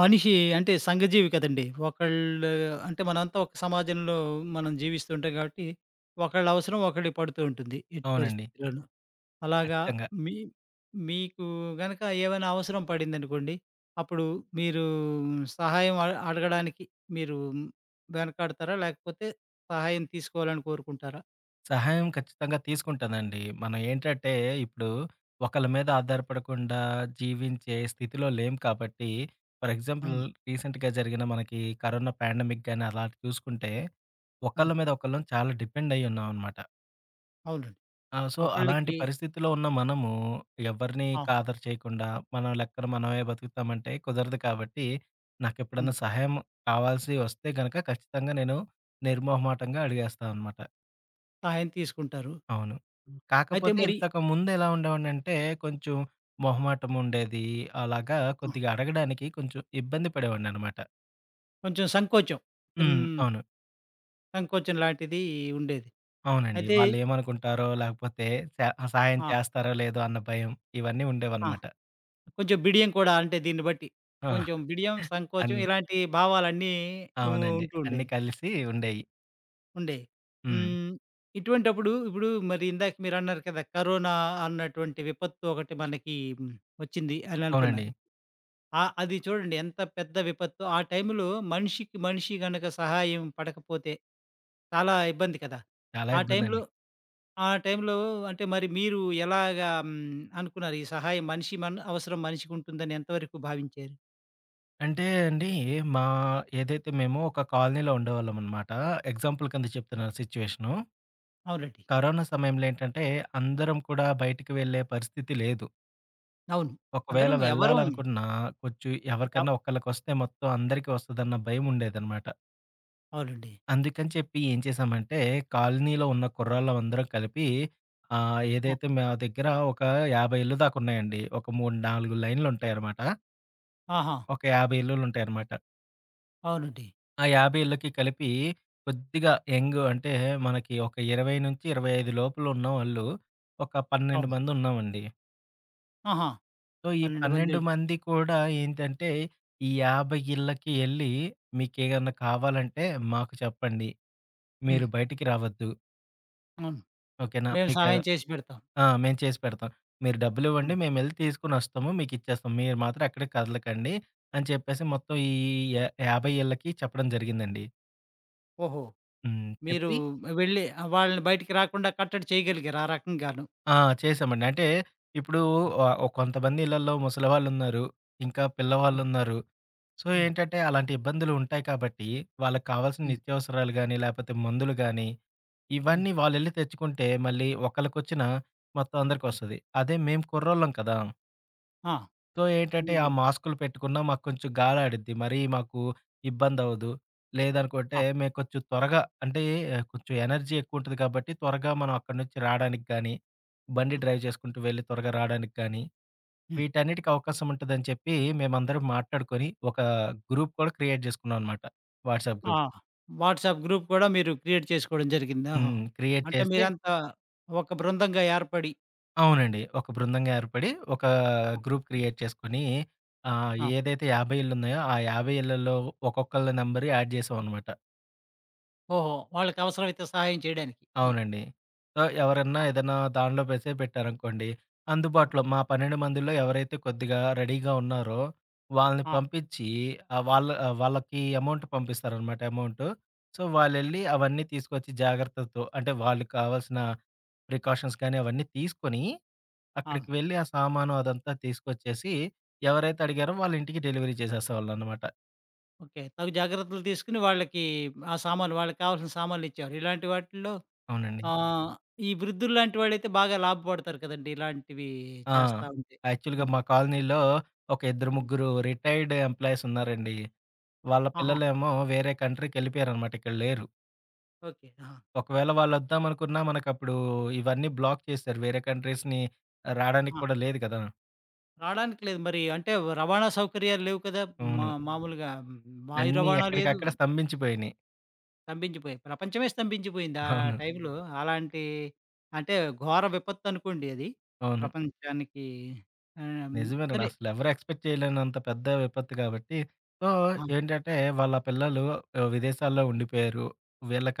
మనిషి అంటే సంఘజీవి కదండీ. అంటే మనమంతా ఒక సమాజంలో మనం జీవిస్తుంటాం కాబట్టి, ఒకళ్ళ అవసరం ఒకళ్ళకి పడుతూ ఉంటుంది ఎట్టి అవునండి. పరిస్థితిలోనూ. అలాగా ఖచ్చితంగా. మీ మీకు గనక ఏమైనా అవసరం పడిందనుకోండి, అప్పుడు మీరు సహాయం అడగడానికి మీరు వెనకాడతారా? లేకపోతే సహాయం తీసుకోవాలని కోరుకుంటారా? సహాయం ఖచ్చితంగా తీసుకుంటానండి. మనం ఏంటంటే, ఇప్పుడు ఒకళ్ళ మీద ఆధారపడకుండా జీవించే స్థితిలో లేం కాబట్టి, ఫర్ ఎగ్జాంపుల్ అవును. రీసెంట్‌గా జరిగిన మనకి కరోనా పాండమిక్ గాని అలాంటి చూసుకుంటే, ఒకళ్ళ అవును. మీద ఒకళ్ళం చాలా డిపెండ్ అయ్యి ఉన్నామనమాట. అవునండి. అలాంటి ఒకళ్ళకి పరిస్థితిలో ఉన్న మనము ఎవరిని ఆ! కాదర చేయకుండా, మన లెక్కన మనమే బతుకుతామంటే కుదరదు కాబట్టి, నాకెప్పుడన్నా హ్మ్. సహాయం కావాల్సి వస్తే గనక ఖచ్చితంగా నేను నిర్మోహమాటంగా అడిగేస్తాననమాట. సహాయం తీసుకుంటారు. అవును. అయితే కాకపోతే మరి ఇంతకుముందెలా ఉండేవాడినంటే, కొంచెం మొహమాటం ఉండేది. అలాగా ఆ! కొద్దిగా అడగడానికి కొంచెం ఇబ్బంది పడేవాడిననమాట. కొంచెం సంకోచం. చిన్ హ్మ్. అవును. సంకోచం లాంటిది ఉండేది. అవునండి. అయితే వాళ్ళేమనుకుంటారో, లేకపోతే స సహాయం ఆ! చేస్తారో లేదో అన్న భయం ఇవన్నీ ఆ! ఉండేవనమాట. కొంచెం బిడియం కూడా అంటే దీన్ని బట్టి. ఆ! కొంచెం బిడియం, అన్ సంకోచం ఇలాంటి భావాలన్నీ ఉ అవునండి. ఉంటూ అన్నీ ఉండేవి. కలిసి ఉండేయి. ఉండేవి. హ్మ్. హ్మ్. ఇటువంటప్పుడు ఇప్పుడు మరి ఇందాక మీరన్నారు కదా! కరోనా అన్నటువంటి విపత్తు ఒకటి మనకి ఉమ్, వచ్చింది అని అవునండి. అనుకున్నారు. ఆహ్, అది చూడండి ఎంత పెద్ద విపత్తు. ఆ టైంలో మనిషికి మనిషి గనక సహాయం పడకపోతే చాలా ఇబ్బంది కదా! చాలా ఆ టైంలో ఇబ్బందండి. ఆ టైంలో అంటే మరి మీరు ఎలాగా హ్మ్, అనుకున్నారు? ఈ సహాయం మనిషి మన అవసరం మనిషికుంటుందని ఎంతవరకు భావించారు? అంటే అండి, మా ఏదైతే మేము ఒక కాలనీలో ఉండేవాళ్ళమనమాట. ఎగ్జాంపుల్ కింద చెప్తున్నాను సిట్యుయేషను. అవునండి. కరోనా సమయంలో ఏంటంటే, అందరం కూడా బయటికి వెళ్ళే పరిస్థితి లేదు. అవును. ఒకవేళ అందరం ఎవరం వెళ్ళాలనుకున్నా కొంచెం ఎవ్ ఎవరికన్నా ఒకళ్ళకొస్తే మొత్తం అందరికీ వస్తదన్న భయముండేదనమాట. అవునండి. అందుకని చెప్పి ఏం చేశామంటే, కాలనీలో ఉన్న కుర్రాళ్ళం అందరం కలిపి ఆ! ఏదైతే మా దగ్గర ఒక 50 ఇళ్ళు దాకున్నాయండి. ఒక 3, 4 లైన్‌లుంటాయనమాట. ఆహా! ఒక 50 ఇల్లులుంటాయనమాట. అవునండి. ఆ 50 ఇళ్ళకి కలిపి కొద్దిగా యంగ్ అంటే మనకి ఒక 20-25 లోపల ఉన్నవాళ్ళు ఒక 12 అవును. మందున్నామండి. ఆహా! సో, ఈ 12 మంది 12 మంది కూడా ఏంటంటే, ఈ 50 ఇళ్ళకి ఎళ్లి, "మీకేమన్నా కావాలంటే మాకు చెప్పండి. మీరు హ్మ్. బయటికి రావద్దు. అవును. ఓకేనా? మేము సహాయం చేసి పెడతాం. మేము చేసి పెడతాం. మీరు డబ్బులివ్వండి. హ్మ్. మేమెళ్లి తీసుకొనొస్తాము. మీకిచ్చేస్తాం. మీరు మాత్రం ఎక్కడికి కదలకండి" అని చెప్పేసి ఆ! మొత్తం ఈ 50 ఇళ్ళకి చెప్పడం జరిగిందండి. ఓహో! హ్మ్. మీరు చెప్పి వెళ్ళి ఆహ్, వాళ్ళని బయటికి రాకుండా కట్టడి చేయగలిగారు ఆ రకంగాను. ఆ! చేశామండి. అంటే ఇప్పుడు హ్మ్. కొంతమంది ఇళ్ళల్లో ముసలివాళ్ళున్నారు. ఇంకా హ్మ్. పిల్లవాళ్ళున్నారు. సో హ్మ్. ఏంటంటే అలాంటి ఇబ్బందులు ఉంటాయి కాబట్టి, వాళ్ళకి కావాల్సిన హ్మ్. నిత్యావసరాలు గాని, లేపోతే మందులు గాని, హ్మ్. ఇవన్నీ వాళ్ళెళ్లి తెచ్చుకుంటే మళ్ళీ ఒకళ్ళకొచ్చిన మొత్తం అందరికొస్తది. అదే మేము కుర్రోళ్ళం కదా! ఆ! సో ఏంటంటే ఆ మీరు మాస్కులు పెట్టుకున్నా మాకు కొంచెం గాలాడిద్ది. మరీ మాకు ఇబ్బందవ్వదు. లేదనుకుంటే ఆ! మేము కొంచెం త్వరగా అంటే కొంచెం ఎనర్జీ ఎక్కువుంటది కాబట్టి త్వరగా మనం అక్కడి నుంచి రాడానికి గాని, బండి డ్రైవ్ చేసుకుంటూ వెళ్లి త్వరగా రాడానికి గాని హ్మ్. వీటన్నిటికి అవకాశం ఉంటదని చెప్పి, మేమందరం మాట్లాడుకొని, ఒక గ్రూప్ కూడా క్రియేట్ జేసుకున్నాం అనమాట. వాట్సాప్ ఆ! గ్రూప్. వాట్సాప్ గ్రూప్ కూడా మీరు క్రియేట్ చేసుకోవడం జరిగింది. ఓహో! హ్మ్. క్రియేట్ అంటే చేసి మీరంతా ఒక బృందంగా ఏర్పడి అవునండి. ఒక బృందంగా ఏర్పడి, ఒక గ్రూప్ క్రియేట్ చేసుకొని, ఆ! ఏదైతే 50 ఇళ్లున్నాయో, ఆ 50 ఇళ్లలో ఒక్కొక్కళ్ళ నంబర్ యాడ్ జేసామనమాట. ఓహో! వాళ్ళకవసరమైతే సహాయం చేయడానికి. ఈ అవునండి. సో, ఎవరన్నా ఆ! ఏదన్నా దానిలో మెసేజ్ పెట్టారనుకోండి, అందుబాటులో మా 12 మందిలో ఎవరైతే కొద్దిగా రెడీగా ఉన్నారో, వాళ్ళని ఆ! పంపిచ్చి వాళ్ళకి అమౌంట్ పంపిస్తారనమాట అమౌంటు. సో, వాళ్ళెళ్ళి అవన్నీ తీసుకొచ్చి జాగ్రత్తతో అంటే, వాళ్ళకి కావాల్సిన ప్రికాషన్స్ కానీ అవన్నీ తీసుకొని, ఆ! అక్కడికి వెళ్ళి ఆ సామాను అదంతా తీసుకొచ్చేసి, ఎవరైతే అడిగారో వాళ్ళ ఇంటికి డెలివరీ చేసేసేవాళ్ళనమాట. ఓకే. తగు జాగ్రత్తలు తీసుకొని వాళ్ళకి ఆ సామాను వాళ్ళకి కావాల్సిన సామాన్లిచ్చారు. ఇలాంటి వాటిల్లో అవునండి. ఆహ్, ఈ వృద్ధుల్లాంటి వాళ్ళైతే బాగా లాభపడతారు కదండీ! ఇలాంటివి ఆ! చేస్తా ఉంటే. యాక్చువల్‌గా హ్మ్. మా కాలనీలో ఒక ఇద్దరు, హ్మ్. ముగ్గురు రిటైర్డ్ ఎంప్లాయీస్ ఉన్నారండి. వాళ్ళ ఆహా! పిల్లలేమో వేరే కంట్రీకెళ్ళిపోయారనమాట. ఇక్కడ లేరు. ఓకే. ఆహా! ఒకవేళ వాళ్ళొద్దామనుకున్నా మనకప్పుడు ఇవన్నీ బ్లాక్ చేశారు. వేరే కంట్రీస్‌ని రాడానికి ఆ! కూడా లేదు కదా! రాడానికి లేదు. మరి అంటే రవాణా సౌకర్యాలు లేవు కదా! మా అవును. మామూలుగా వాయు అన్నీ రవాణా లేదు. ఎక్కడికక్కడ స్తంభించిపోయినియి. స్తంభించిపోయాయి. ప్రపంచమే స్తంభించిపోయింది. ఆ హ్మ్. అవును. టైంలో అలాంటి అంటే ఘోర విపత్తనుకోండి అది. అవును. ప్రపంచానికి ఆహ్, నిజమేనండి. సరే. అసలెవరు ఎక్స్‌పెక్ట్ చేయలేనంత పెద్ద విపత్తు గాబట్టి, సో, ఆ! ఏంటంటే వాళ్ళ పిల్లలు విదేశాల్లో ఉండిపోయారు.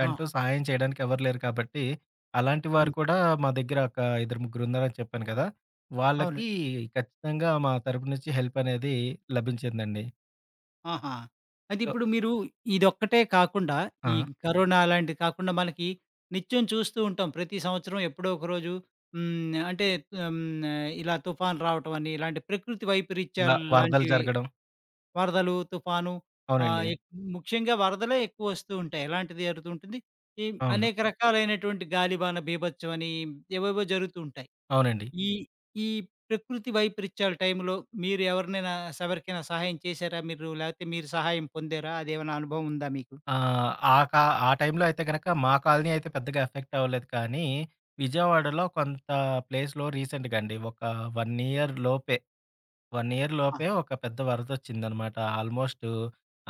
ఆ! సహాయం చేయడానికి ఎవరు లేరు కాబట్టి, అలాంటి వారు హ్మ్. కూడా మా దగ్గర ఒక ఇద్దరు ముగ్గురున్నారని చెప్పాను కదా! వాళ్ళకి అవునండి. ఖచ్చితంగా మా తరపు నుంచి హెల్ప్ అనేది లభించిందండి. ఆహా! అయితే సో ఇప్పుడు మీరు ఇదొక్కటే కాకుండా ఈ ఆ! కరోనా అలాంటివి కాకుండా మనకి నిత్యం చూస్తూ ఉంటాం. ప్రతి సంవత్సరం ఎప్పుడో ఒక రోజు హ్మ్. అంటే హ్మ్. ఇలా తుఫాను రావటం అని ఇలాంటి ప్రకృతి వ వైపరీత్యాలు హ్మ్. వరదలు లాంటివి జరగడం. వరదలు, తుఫాను ఆహ్, అవునండి. ముఖ్యంగా వరదలే ఎక్కువ వస్తూ ఉంటాయి. ఎలాంటిది జరుగుతూ ఉంటుంది. ఈ అవును. అనేక రకాలైనటువంటి గాలివాన బీభత్సం అని ఏవేవో జరుగుతూ ఉంటాయి. అవునండి. ఈ ఈ ప్రకృతి వైపరీత్యాల టైంలో మీరు ఎవరినైనా ఎవరికైనా సహాయం చేశారా మీరు? లేకపోతే మీరు సహాయం పొందారా? అదేమైనా అనుభవం ఉందా మీకు? ఆ! ఆ కా ఆ టైంలో అయితే గనక మా కాలనీ అయితే పెద్దగా ఎఫెక్ట్ అవ్వలేదు కానీ, విజయవాడలో కొంత ప్లేస్‌లో రీసెంట్‌గా అండి ఒక 1 ఇయర్ లోపే, 1 ఇయర్ ఆ! లోపే ఒక పెద్ద వరదొచ్చిందనమాట. ఆల్మోస్ట్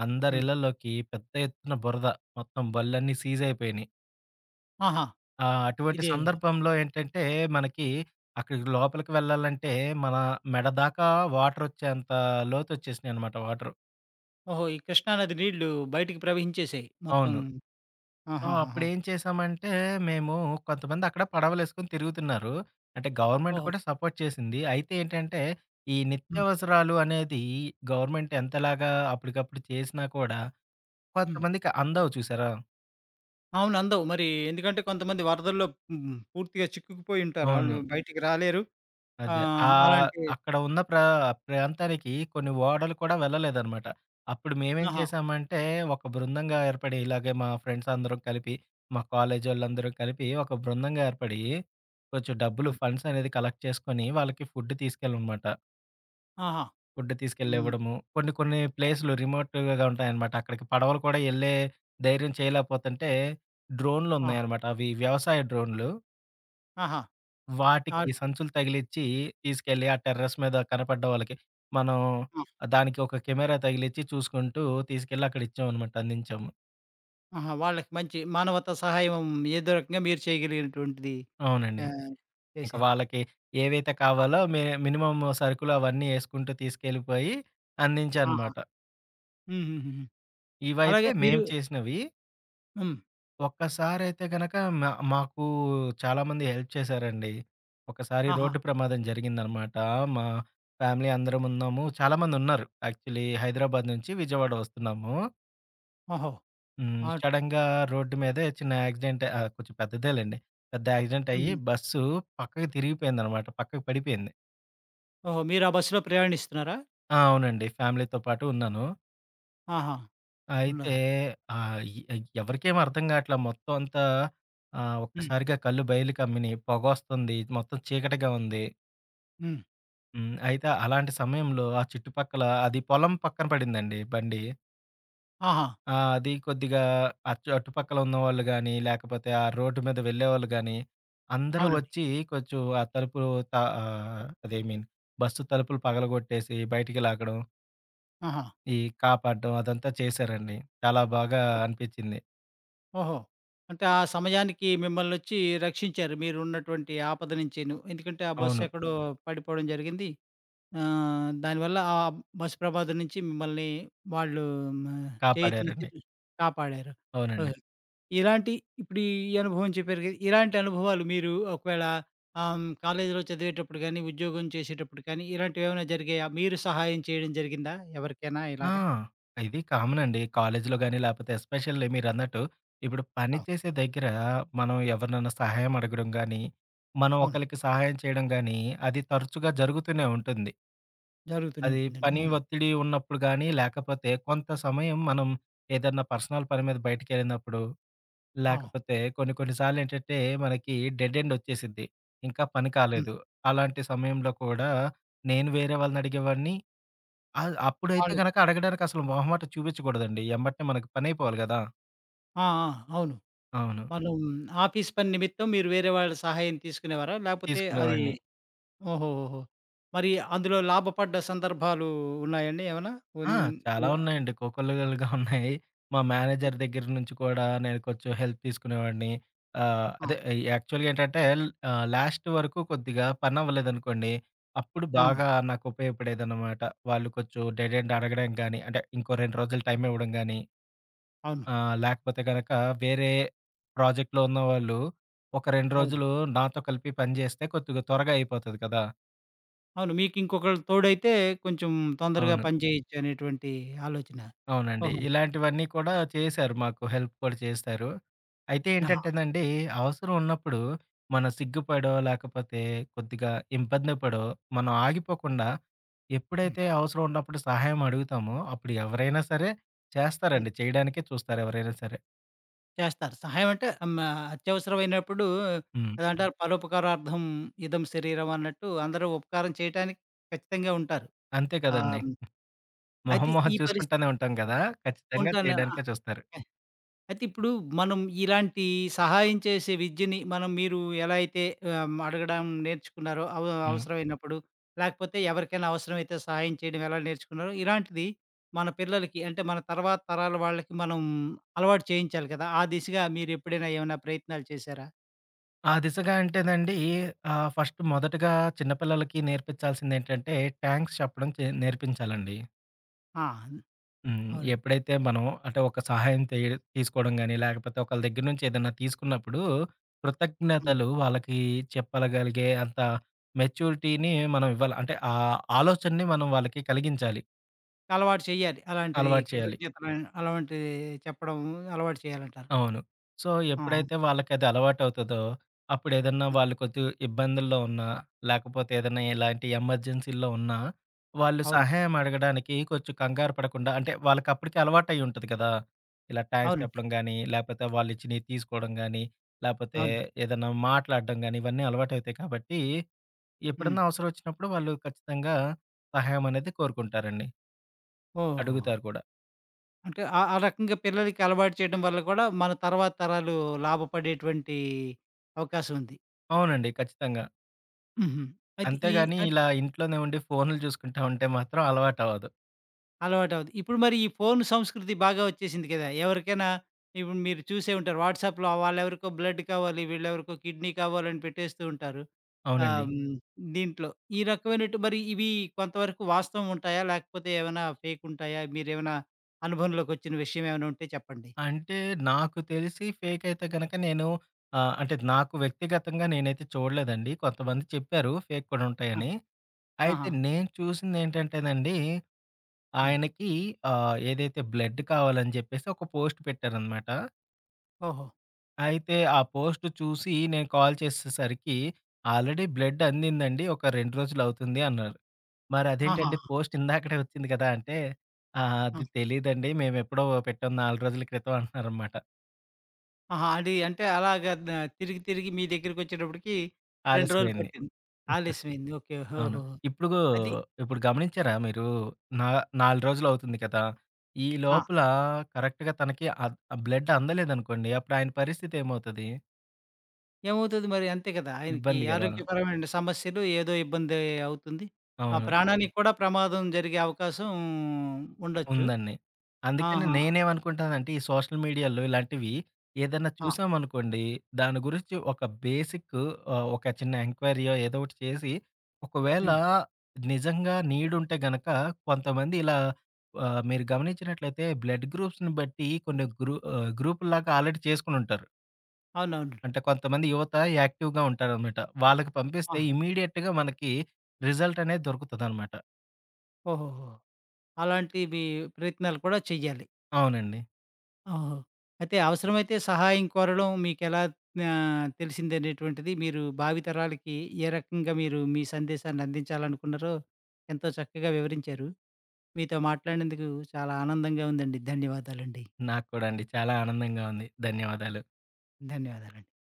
అందరి హ్మ్. ఇళ్లలోకి పెద్ద ఎత్తున బురద. మొత్తం బళ్ళన్నీ సీజ్ అయిపోయినాయి. ఆహా! ఆ! అటువంటి ఇదే సందర్భంలో ఏంటంటే, మనకి అక్కడికి లోపలికి వెళ్ళాలంటే, మన మెడ దాకా వాటరొచ్చేంత లోతొచ్చేసినాయనమాట వాటరు. ఓహో! ఈ కృష్ణానది నీళ్లు బయటికి ప్రవహించేసాయి మొత్తం. అవును. సో, ఆహాహాహా! అప్పుడేం చేశామంటే, మేము కొంతమంది అక్కడ పడవలేసుకొని తిరుగుతున్నారు. అంటే గవర్నమెంట్ ఓహో! కూడా సపోర్ట్ చేసింది. అయితే ఏంటంటే, ఈ హ్మ్. నిత్యావసరాలు అనేది గవర్నమెంట్ ఎంతలాగా అప్పటికప్పుడు చేసినా కూడా హ్మ్. కొంతమందికి అందవు చూసారా? అవును. అందవు. మరి ఎందుకంటే కొంతమంది వరదల్లో హ్మ్. పూర్తిగా చిక్కుకుపోయి ఉంటారు. ఆళ్ళు అవును. బయటికి రాలేరు. అదే. ఆహ్, అలాంటి అక్కడ ఉన్న ప్రాంతానికి కొన్ని ఓడలు కూడా వెళ్ళలేదనమాట. అప్పుడు మేమేం ఆహా! చేశామంటే, ఒక బృందంగా ఏర్పడి ఇలాగే మా ఫ్రెండ్స్ అందరం కలిపి, మా కాలేజోళ్ళందరం కలిపి ఒక బృందంగా ఏర్పడి, కొంచెం డబ్బులు ఆ! ఫండ్స్ అనేది కలెక్ట్ చేసుకొని, వాళ్ళకి ఫుడ్ తీసుకెళ్ళమనమాట. ఆహా! ఫుడ్ హ్మ్. తీసుకెళ్ళివ్వడము. కొన్ని కొన్ని ఆ! ప్లేసులు రిమోట్‌గా ఉంటాయనమాట. అక్కడికి పడవలు కూడా యెళ్ళే ధైర్యం చేయలేకపోతుంటే, ఆ! డ్రోన్‌లున్నాయనమాట. అవి వ్యవసాయ డ్రోన్‌లు. ఆహా! వాటికి ఆద్ సంచులు తగిలిచ్చి తీసుకెళ్ళి ఆ టెర్రస్ మీద కనపడ్డ వాళ్ళకి మనం ఆ! దానికి ఒక కెమెరా తగిలిచ్చి చూసుకుంటూ తీసుకెళ్ళి అక్కడ ఇచ్చామనమాట. అందించాము. ఆహా! వాళ్ళకి మంచి మానవతా సహాయం ఏదో రకంగా మీరు చేయగలిగినటువంటిది అవునండి. ఆహ్, ఇంక చేశారు. వాళ్ళకి ఏవైతే ఆ! కావాలో మినిమమ్ సరుకులు అవన్నీ యేసుకుంటూ తీసుకెళ్ళిపోయి ఆహా! అందించానమాట. హుహుహుహు. ఇవైతే అలాగే మీరు మేము చేసినవి. హ్మ్. ఒక్కసారయితే గనక మ మాకు చాలామంది హెల్ప్ చేశారండి. ఒకసారి ఆహా! రోడ్డు ప్రమాదం జరిగిందనమాట. మా ఫ్యామిలీ అందరమున్నాము. చాలామందున్నారు. యాక్చువల్లీ హైదరాబాద్ నుంచి విజయవాడ వస్తున్నాము. ఓహో! హ్మ్. ఆట్ సడెన్‌గా రోడ్డు మీదే చిన్న యాక్సిడెంట్ కొంచెం పెద్దదేలెండి. పెద్ద యాక్సిడెంట్ అయ్యి హుహు. బస్సు పక్కకి తిరిగిపోయిందనమాట. పక్కకి పడిపోయింది. ఓహో! మీరు ఆ బస్సులో ప్రయాణిస్తున్నారా? ఆ! అవునండి. ఫ్యామిలీతో పాటు ఉన్నాను. ఆహా! అయితే ఉన్నారు. ఆహ్, ఎ ఎవరికేమి అర్థం కావట్లా మొత్తం అంతా హ్మ్. ఒక్కసారిగా కళ్ళు బయర్లు కమ్మినియి. పొగొస్తుంది. మొత్తం చీకటిగా ఉంది. హ్మ్. హ్మ్. అయితే అలాంటి సమయంలో ఆ చుట్టుపక్కల అది పొలం పక్కన పడిందండి బండి. ఆహా! ఆ! అది కొద్దిగా అటుపక్కల ఉన్నవాళ్ళు గాని, లేకపోతే ఆ రోడ్డు మీద వెళ్ళేవాళ్ళు గాని, అందరూ అవునండి. వచ్చి కొంచెం ఆ తలుపు త ఆహ్, అదే ఐ మీన్ బస్సు తలుపులు పగలగొట్టేసి బయటికి లాగడం, ఆహా! ఓహ్! ఈ కాపాడ్డం అదంతా చేశారండి. చాలా బాగా అనిపించింది. ఓహో! అంటే ఆ సమయానికి మిమ్మల్నొచ్చి రక్షించారు. మీరున్నటువంటి ఆపద నుంచిను. ఎందుకంటే ఆ బస్సు అవును. ఎక్కడో పడిపోవడం జరిగింది. ఆహ్, దానివల్ల ఆ బస్సు ప్రమాదం నుంచి మిమ్మల్ని వాళ్ళు మ చేయూతనిచ్చి కాపాడారండి. కాపాడారు. అవునండి. ఓహో! ఇలాంటి ఇప్పుడు ఈ అనుభవం చెప్పారు కదా! ఇలాంటి అనుభవాలు మీరు ఒకవేళ ఆహ్, హ్మ్, కాలేజీలో చదివేటప్పుడు గానీ, ఉద్యోగం చేసేటప్పుడు కానీ ఇలాంటివేమైనా జరిగాయా? మీరు సహాయం చేయడం జరిగిందా ఎవరికైనా ఆ! ఇలాగా? ఇది కామన్ అండి. కాలేజీలో గాని, లేపోతే ఎస్పెషల్లీ మీరన్నట్టు ఇప్పుడు పని ఆ! చేసే దగ్గర మనం ఎవరినన్నా సహాయం అడగడం గాని, మనం అవును. ఒకళ్ళకి సహాయం చేయడం గాని, అది తరచుగా జరుగుతూనే ఉంటుంది. జరుగుతూనే అది ఉంటుందండి. పని అవును. ఒత్తిడి ఉన్నప్పుడు గాని, లేకపోతే కొంత సమయం మనం ఏదన్నా పర్సనల్ పని మీద బయటికెళ్ళినప్పుడు, ఆ! లేకపోతే కొన్ని కొన్ని సార్లేంటంటే మనకి డెడ్ ఎండ్ ఒచ్చేసిద్ది. ఇంకా పని హ్మ్. కాలేదు. అలాంటి సమయంలో కూడా నేను వేరే వాళ్ళని అడిగేవాడిని. ఆ! అప్పుడైతే వాళ్ళు గనక అడగడానికి అసలు మొహమాటం చూపించకూడదండి. ఎమ్మటనే మనకి పనైపోవాలి గదా! ఆ! ఆ! అవును. అవును. మనం ఆఫీస్ పని నిమిత్తం మీరు వేరే వాళ్ళ సహాయం తీసుకునేవారా? లేపోతే అది తీసుకునేవాడిని. ఓహోహోహో! మరి అందులో లాభపడ్డ సందర్భాలు ఉన్నాయండి ఏమన్నా? ఆ! ఉన్ చాలా ఉన్నాయండి. కోకొల్లలుగా ఉన్నాయి. మా మేనేజర్ దగ్గర నుంచి కూడా నేను కొంచెం హెల్ప్ తీసుకునేవాడిని. ఆహ్, ఆ! అదే యాక్చువల్‌గా ఏంటంటే లాస్ట్ వరకు కొద్దిగా పనవ్వలేదనుకోండి. అప్పుడు అవును. బాగా నాకు ఉపయోగపడేదన్నమాట. వాళ్ళు కొంచెం డెడ్ ఎండ్ అడగడం గాని, అంటే ఇంకో 2 రోజులు టైం ఇవ్వడం గాని. అవును. ఆ! లేకపోతే గనక వేరే ప్రాజెక్ట్‌లో ఉన్నవాళ్ళు ఒక 2 అవును. రోజులు నాతో కలిపి పని జేస్తే కొద్దిగా త్వరగా అయిపోతది కదా! అవును. మీకు ఇంకొకళ్ళు తోడైతే కొంచెం తొందరగా అవును. పని చేయొచ్చు అనేటువంటి ఆలోచన. అవునండి. ఓహో! ఇలాంటివన్నీ కూడా చేశారు. మాకు హెల్ప్ కూడా చేశారు. అయితే ఆహా! ఏంటంటేనండి అవసరం ఉన్నప్పుడు మనం సిగ్గుపడో, లేకపోతే కొద్దిగా ఇబ్బంది పడో మనం ఆగిపోకుండా హ్మ్. ఎప్పుడైతే అవసరం ఉన్నప్పుడు సహాయం అడుగుతామో అప్పుడు ఎవరైనా సరే హ్మ్. చేస్తారండి. చేయడానికే చూస్తారు ఎవరైనా సరే. చేస్తారు. సహాయం అంటే ఆహ్, అత్యవసరమైనప్పుడు హ్మ్. అదంటారు పరోపకారార్థం ఇదం శరీరం అన్నట్టు అందరూ ఉపకారం చేయటానికి ఖచ్చితంగా ఉంటారు. అంతే కదండీ! ఆహ్, మొహం అయితే మొహం ఈ పరిస్థితి చూసుకుంటానే ఉంటాం కదా! ఖచ్చితంగా ఉంటాను. ఆ! చేయడానికే చూస్తారు. అయితే ఇప్పుడు మనం ఇలాంటి సహాయం చేసే విద్యని మనం మీరు ఎలా అయితే ఆహ్, అడగడం నేర్చుకున్నారో హ్మ్. అవసరమైనప్పుడు, లేకపోతే ఎవరికైనా అవసరమైతే సహాయం చేయడం ఎలా నేర్చుకున్నారో, ఇలాంటిది మన పిల్లలకి అంటే మన తర్వాత తరాల వాళ్ళకి మనం అలవాటు చేయించాలి కదా! ఆ దిశగా మీరెప్పుడైనా ఏమైనా ప్రయత్నాలు చేశారా? ఆ దిశగా అంటేనండి ఫస్ట్ మొదటగా చిన్న పిల్లలకి నేర్పించాల్సిందేంటంటే థాంక్స్ చెప్పడం నేర్పించాలండి. ఆ! హ్మ్. అవునండి. ఎప్పుడైతే మనం అంటే ఒక సహాయం తీసుకోవడం గాని, లేకపోతే ఒకళ్ళ దగ్గర నుంచి ఏదైనా తీసుకున్నప్పుడు హ్మ్. కృతజ్ఞతలు వాళ్ళకి చెప్పగలిగే అంత మెచ్యూరిటీని మనం ఇవ్వాలి. అంటే ఆ ఆలోచనని మనం వాళ్ళకి కలిగించాలి. అలవాటు చేయాలి. అలాంటిది అలవాటు చేయాలి. కృతజ్ఞతలు అలాంటిది చెప్పడం అలవాటు చేయాలంటారు. అవును. సో, ఆహా! ఎప్పుడైతే వాళ్ళకది అలవాటవుతదో, అప్పుడేదన్నా హ్మ్. వాళ్ళు కొంచెం ఇబ్బందుల్లో ఉన్నా, లేకపోతే ఏదన్నా ఇలాంటి ఎమర్జెన్సీల్లో ఉన్నా, వాళ్ళు అవును. సహాయం అడగడానికి కొంచెం కంగారు పడకుండా అంటే, వాళ్ళకప్పటికే అలవాటయ్యి ఉంటది కదా! ఇలా థాంక్స్ అవునండి. చెప్పడం గానీ, లేపోతే వాళ్ళిచ్చినియి తీసుకోవడం గానీ, లేపోతే అవునండి. ఏదన్నా మాట్లాడడం గానీ, ఇవన్నీ అలవాటవుతాయి కాబట్టి, హ్మ్. ఎప్పుడన్నా అవసరమొచ్చినప్పుడు వాళ్ళు ఖచ్చితంగా సహాయం అనేది కోరుకుంటారండి. ఓహ్! అడుగుతారు కూడా. అంటే ఆ ఆ రకంగా పిల్లలకి అలవాటు చేయడం వల్ల కూడా మన తర్వాత తరాలు లాభపడేటువంటి అవకాశం ఉంది. అవునండి. ఖచ్చితంగా. హుహు. అయితే ఈ అంతేగాని అన్ ఇలా ఇంట్లోనే ఉండి ఫోన్‌లు చూసుకుంటా ఉంటే మాత్రం అలవాటవ్వదు. అలవాటవుద్ది. ఇప్పుడు మరి ఈ ఫోను సంస్కృతి బాగా వచ్చేసింది కదా! ఎవరికైనా ఇప్పుడు మీరు చూసే ఉంటారు వాట్సాప్‌లో వాళ్ళెవరికో బ్లడ్ కావాలి, వీళ్ళెవరికో కిడ్నీ కావాలని పెట్టేస్తూ ఉంటారు. అవునండి. ఆహ్, హ్మ్, దీంట్లో ఈ రకమైనటు మరి ఇవి కొంతవరకు వాస్తవం ఉంటాయా? లేకపోతే ఏమైనా ఫేక్ ఉంటాయా? మీరేమైనా అనుభవంలోకొచ్చిన విషయం ఏమైనా ఉంటే చెప్పండి? అంటే నాకు తెలిసి ఫేక్ అయితే గనక నేను అంటే నాకు వ్యక్తిగతంగా నేనైతే చూడలేదండి. కొంతమంది చెప్పారు ఫేక్ కూడా ఆ! ఉంటాయని. అయితే ఆహా! నేను చూసిందేంటంటేనండి ఆ! ఆయనకి ఏదైతే బ్లడ్ కావాలని చెప్పేసి ఒక పోస్ట్ పెట్టారనమాట. ఓహో! అయితే ఆ పోస్ట్ చూసి నేను కాల్ చేసేసరికి, "ఆల్రెడీ బ్లడ్ అందిందండి. ఒక 2 రోజులవుతుంది" అన్నారు. మరి ఆహాహా! అదేంటండి పోస్ట్ ఇందాకడే వచ్చింది కదా! అంటే, "ఆహా! ఆ! అది తెలీదండి. మేమెప్పుడో పెట్టాం 4 రోజుల క్రితం" అంటున్నారనమాట. ఆహా! అది అంటే అలాగా తిరిగి తిరిగి మీ దగ్గరికొచ్చేటప్పటికి 2 రోజులు ఆలస్యమైంది. పట్టింది. ఆలస్యమైంది. ఓకే. అవును. ఓహోహో! ఇప్పుడు అది ఇప్పుడు గమనించారా మీరు? నా 4 రోజులవుతుంది కదా! ఈ ఆ! లోపల కరెక్ట్‌గా తనకి బ్లడ్ అందలేదనుకోండి, అప్పుడు ఆయన పరిస్థితి ఏమవుతది? ఏమవుతది మరి అంతే కదా! ఆయనకి ఇబ్బంది గదా! ఆరోగ్యపరమైన సమస్యలు ఏదో ఇబ్బంది అవుతుంది. ఆ అవును. ప్రాణానికి కూడా ప్రమాదం జరిగే అవకాశం ఉండొచ్చు. ఉందండి. అందుకని ఆహా! నేనేమనుకుంటానంటే, ఈ సోషల్ మీడియాలో ఇలాంటివి ఏదన్నా ఆ! చూసామనుకోండి, దాని గురించి ఒక బేసిక్ ఒక చిన్న ఎంక్వైరీయో ఏదో ఒకటి చేసి, ఒకవేళ హ్మ్. నిజంగా నీడుంటే గనక కొంతమంది ఇలా మీరు గమనించినట్లయితే బ్లడ్ గ్రూప్స్‌ని బట్టి కొన్ని గ్రూపుల్లాగా ఆల్రెడీ చేసుకొనుంటారు. అవునవును. అంటే కొంతమంది యువత యాక్టివ్‌గా ఉంటారనమాట. వాళ్ళకి పంపిస్తే ఆ! ఇమ్మీడియేట్‌గా మనకి రిజల్ట్ అనేది దొరుకుతదనమాట. ఓహోహో! అలాంటివి ప్రయత్నాలు కూడా చెయ్యాలి. అవునండి. ఓహో! అయితే అవసరమైతే సహాయం కోరడం మీకెలా ఆహ్, తెలిసిందనేటువంటిది మీరు భావితరాలకి ఏ రకంగా మీరు మీ సందేశాన్ని అందించాలనుకున్నారో ఎంతో చక్కగా వివరించారు. మీతో మాట్లాడినందుకు చాలా ఆనందంగా ఉందండి. ధన్యవాదాలండి. నాకు కూడా అండి. చాలా ఆనందంగా ఉంది. ధన్యవాదాలు. ధన్యవాదాలండి.